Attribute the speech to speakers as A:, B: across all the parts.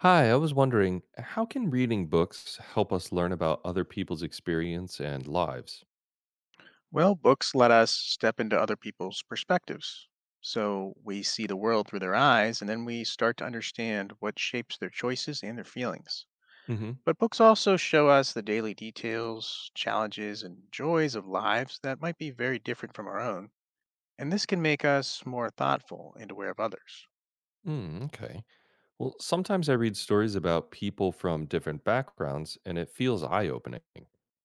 A: Hi, I was wondering, how can reading books help us learn about other people's experience and lives?
B: Well, books let us step into other people's perspectives. So we see the world through their eyes, and then we start to understand what shapes their choices and their feelings.
A: Hmm.
B: But books also show us the daily details, challenges, and joys of lives that might be very different from our own. And this can make us more thoughtful and aware of others.
A: Mm, okay. Well, sometimes I read stories about people from different backgrounds and it feels eye-opening.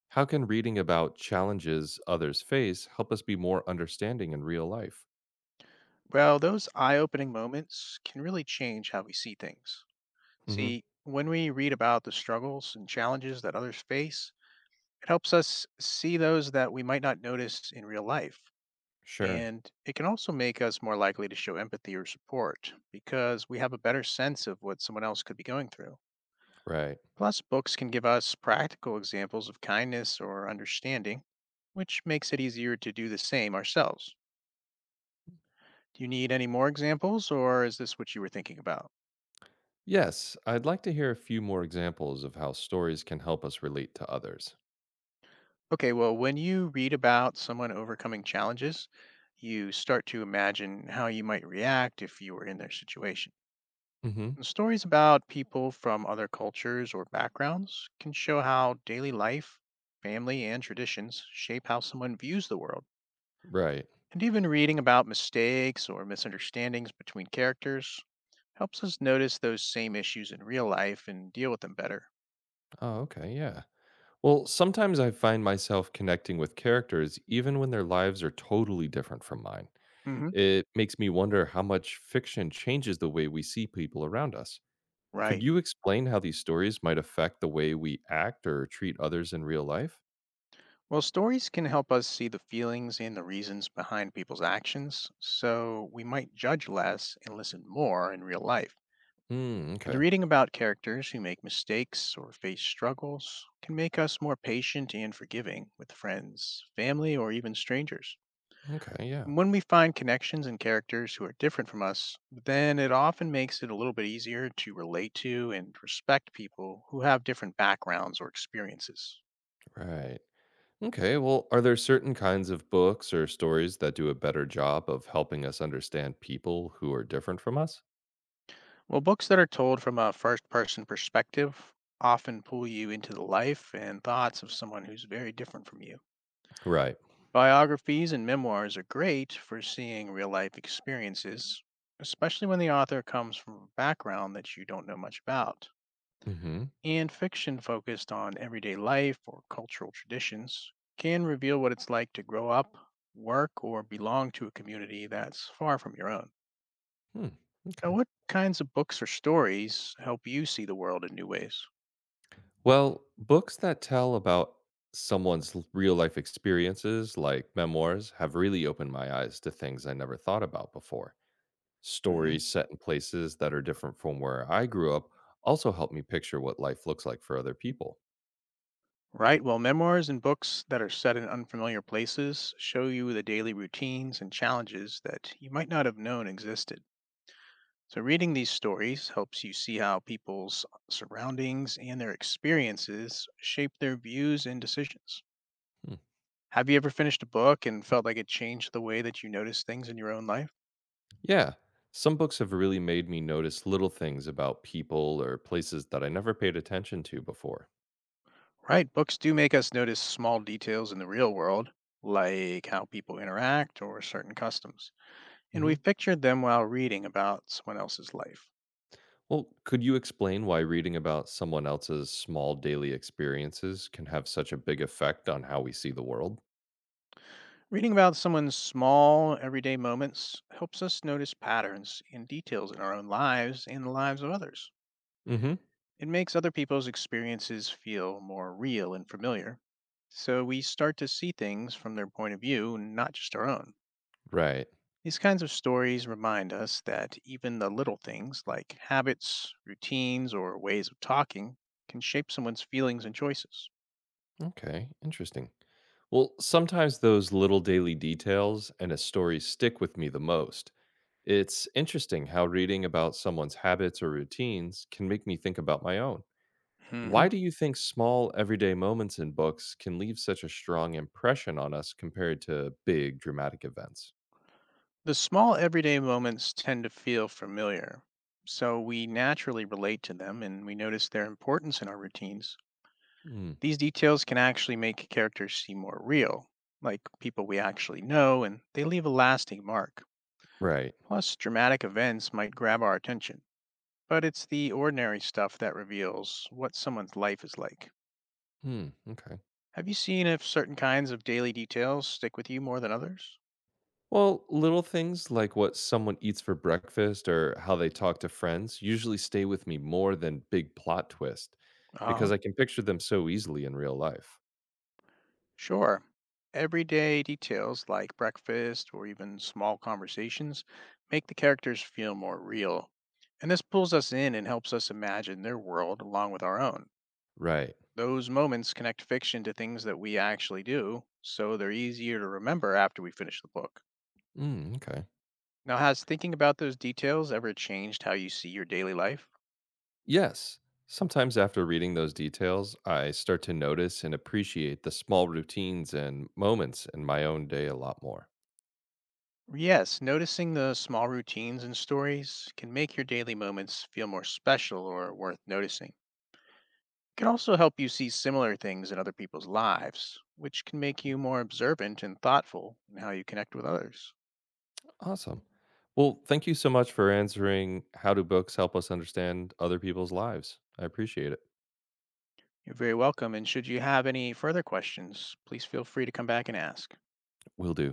A: How can reading about challenges others face help us be more understanding in real life?
B: Well, those eye opening moments can really change how we see things.
A: Hmm.
B: See, when we read about the struggles and challenges that others face, it helps us see those that we might not notice in real life.
A: Sure.
B: And it can also make us more likely to show empathy or support because we have a better sense of what someone else could be going through.
A: Right.
B: Plus, books can give us practical examples of kindness or understanding, which makes it easier to do the same ourselves. Do you need any more examples, or is this what you were thinking about?
A: Yes, I'd like to hear a few more examples of how stories can help us relate to others.
B: Okay, well, when you read about someone overcoming challenges, you start to imagine how you might react if you were in their situation.
A: Hmm.
B: Stories about people from other cultures or backgrounds can show how daily life, family, and traditions shape how someone views the world.
A: Right.
B: And even reading about mistakes or misunderstandings between characters helps us notice those same issues in real life and deal with them better.
A: Oh, okay. Yeah. Well, sometimes I find myself connecting with characters even when their lives are totally different from mine.
B: Hmm.
A: It makes me wonder how much fiction changes the way we see people around us. Could
B: Right.
A: you explain how these stories might affect the way we act or treat others in real life?
B: Well, stories can help us see the feelings and the reasons behind people's actions, so we might judge less and listen more in real life.
A: Mm,
B: And
A: okay.
B: reading about characters who make mistakes or face struggles can make us more patient and forgiving with friends, family, or even strangers.
A: Okay, yeah.
B: When we find connections in characters who are different from us, then it often makes it a little bit easier to relate to and respect people who have different backgrounds or experiences.
A: Right. Okay, well, are there certain kinds of books or stories that do a better job of helping us understand people who are different from us?
B: Well, books that are told from a first person perspective often pull you into the life and thoughts of someone who's very different from you.
A: Right.
B: Biographies and memoirs are great for seeing real life experiences, especially when the author comes from a background that you don't know much about.
A: Mhm.
B: And fiction focused on everyday life or cultural traditions can reveal what it's like to grow up, work, or belong to a community that's far from your own.
A: Hmm.
B: Now,
A: Okay.
B: what kinds of books or stories help you see the world in new ways?
A: Well, books that tell about real life experiences, like memoirs, have really opened my eyes to things I never thought about before. Stories set in places that are different from where I grew up also help me picture what life looks like for other people.
B: Right. Well, memoirs and books that are set in unfamiliar places show you the daily routines and challenges that you might not have known existed. So, reading these stories helps you see how people's surroundings and their experiences shape their views and decisions.
A: Hmm.
B: Have you ever finished a book and felt like it changed the way that you notice things in your own life?
A: Yeah, some books have really made me notice little things about people or places that I never paid attention to before.
B: Right. Books do make us notice small details in the real world, like how people interact or certain customs. And we
A: Mhm.
B: pictured them while reading about someone else's life.
A: Well, could you explain why reading about someone else's small daily experiences can have such a big effect on how we see the world?
B: Reading about someone's small, everyday moments helps us notice patterns and details in our own lives and the lives of others.
A: Hmm.
B: It makes other people's experiences feel more real and familiar, so we start to see things from their point of view, not just our own.
A: Right.
B: These kinds of stories remind us that even the little things like habits, routines, or ways of talking can shape someone's feelings and choices.
A: Okay. Interesting. Well, sometimes those little daily details and a story stick with me the most. It's interesting how reading about someone's habits or routines can make me think about my own. Why do you think small everyday moments in books can leave such a strong impression on us compared to big dramatic events?
B: The small everyday moments tend to feel familiar, so we naturally relate to them and we notice their importance in our routines.
A: Hmm.
B: These details can actually make characters seem more real, like people we actually know, and they leave a lasting mark.
A: Right.
B: Plus, dramatic events might grab our attention, but it's the ordinary stuff that reveals what someone's life is like.
A: Hmm. Okay.
B: Have you seen if certain kinds of daily details stick with you more than others?
A: Well, little things like what someone eats for breakfast or how they talk to friends usually stay with me more than big plot twist
B: Uh huh.
A: because I can picture them so easily in real life.
B: Sure. Everyday details like breakfast or even small conversations make the characters feel more real. And this pulls us in and helps us imagine their world along with our own.
A: Right.
B: Those moments connect fiction to things that we actually do, so they're easier to remember after we finish the book.
A: Mm, okay.
B: Now, has thinking about those details ever changed how you see your daily life?
A: Yes. Sometimes after reading those details, I start to notice and appreciate the small routines and moments in my own day a lot more.
B: Yes, noticing the small routines and stories can make your daily moments feel more special or worth noticing. Can also help you see similar things in other people's lives, which can make you more observant and thoughtful in how you connect with others.
A: Awesome. Well, thank you so much for answering how do books help us understand other people's lives. I appreciate it.
B: You're very welcome, and should you have any further questions, please feel free to come back and ask.
A: Will do.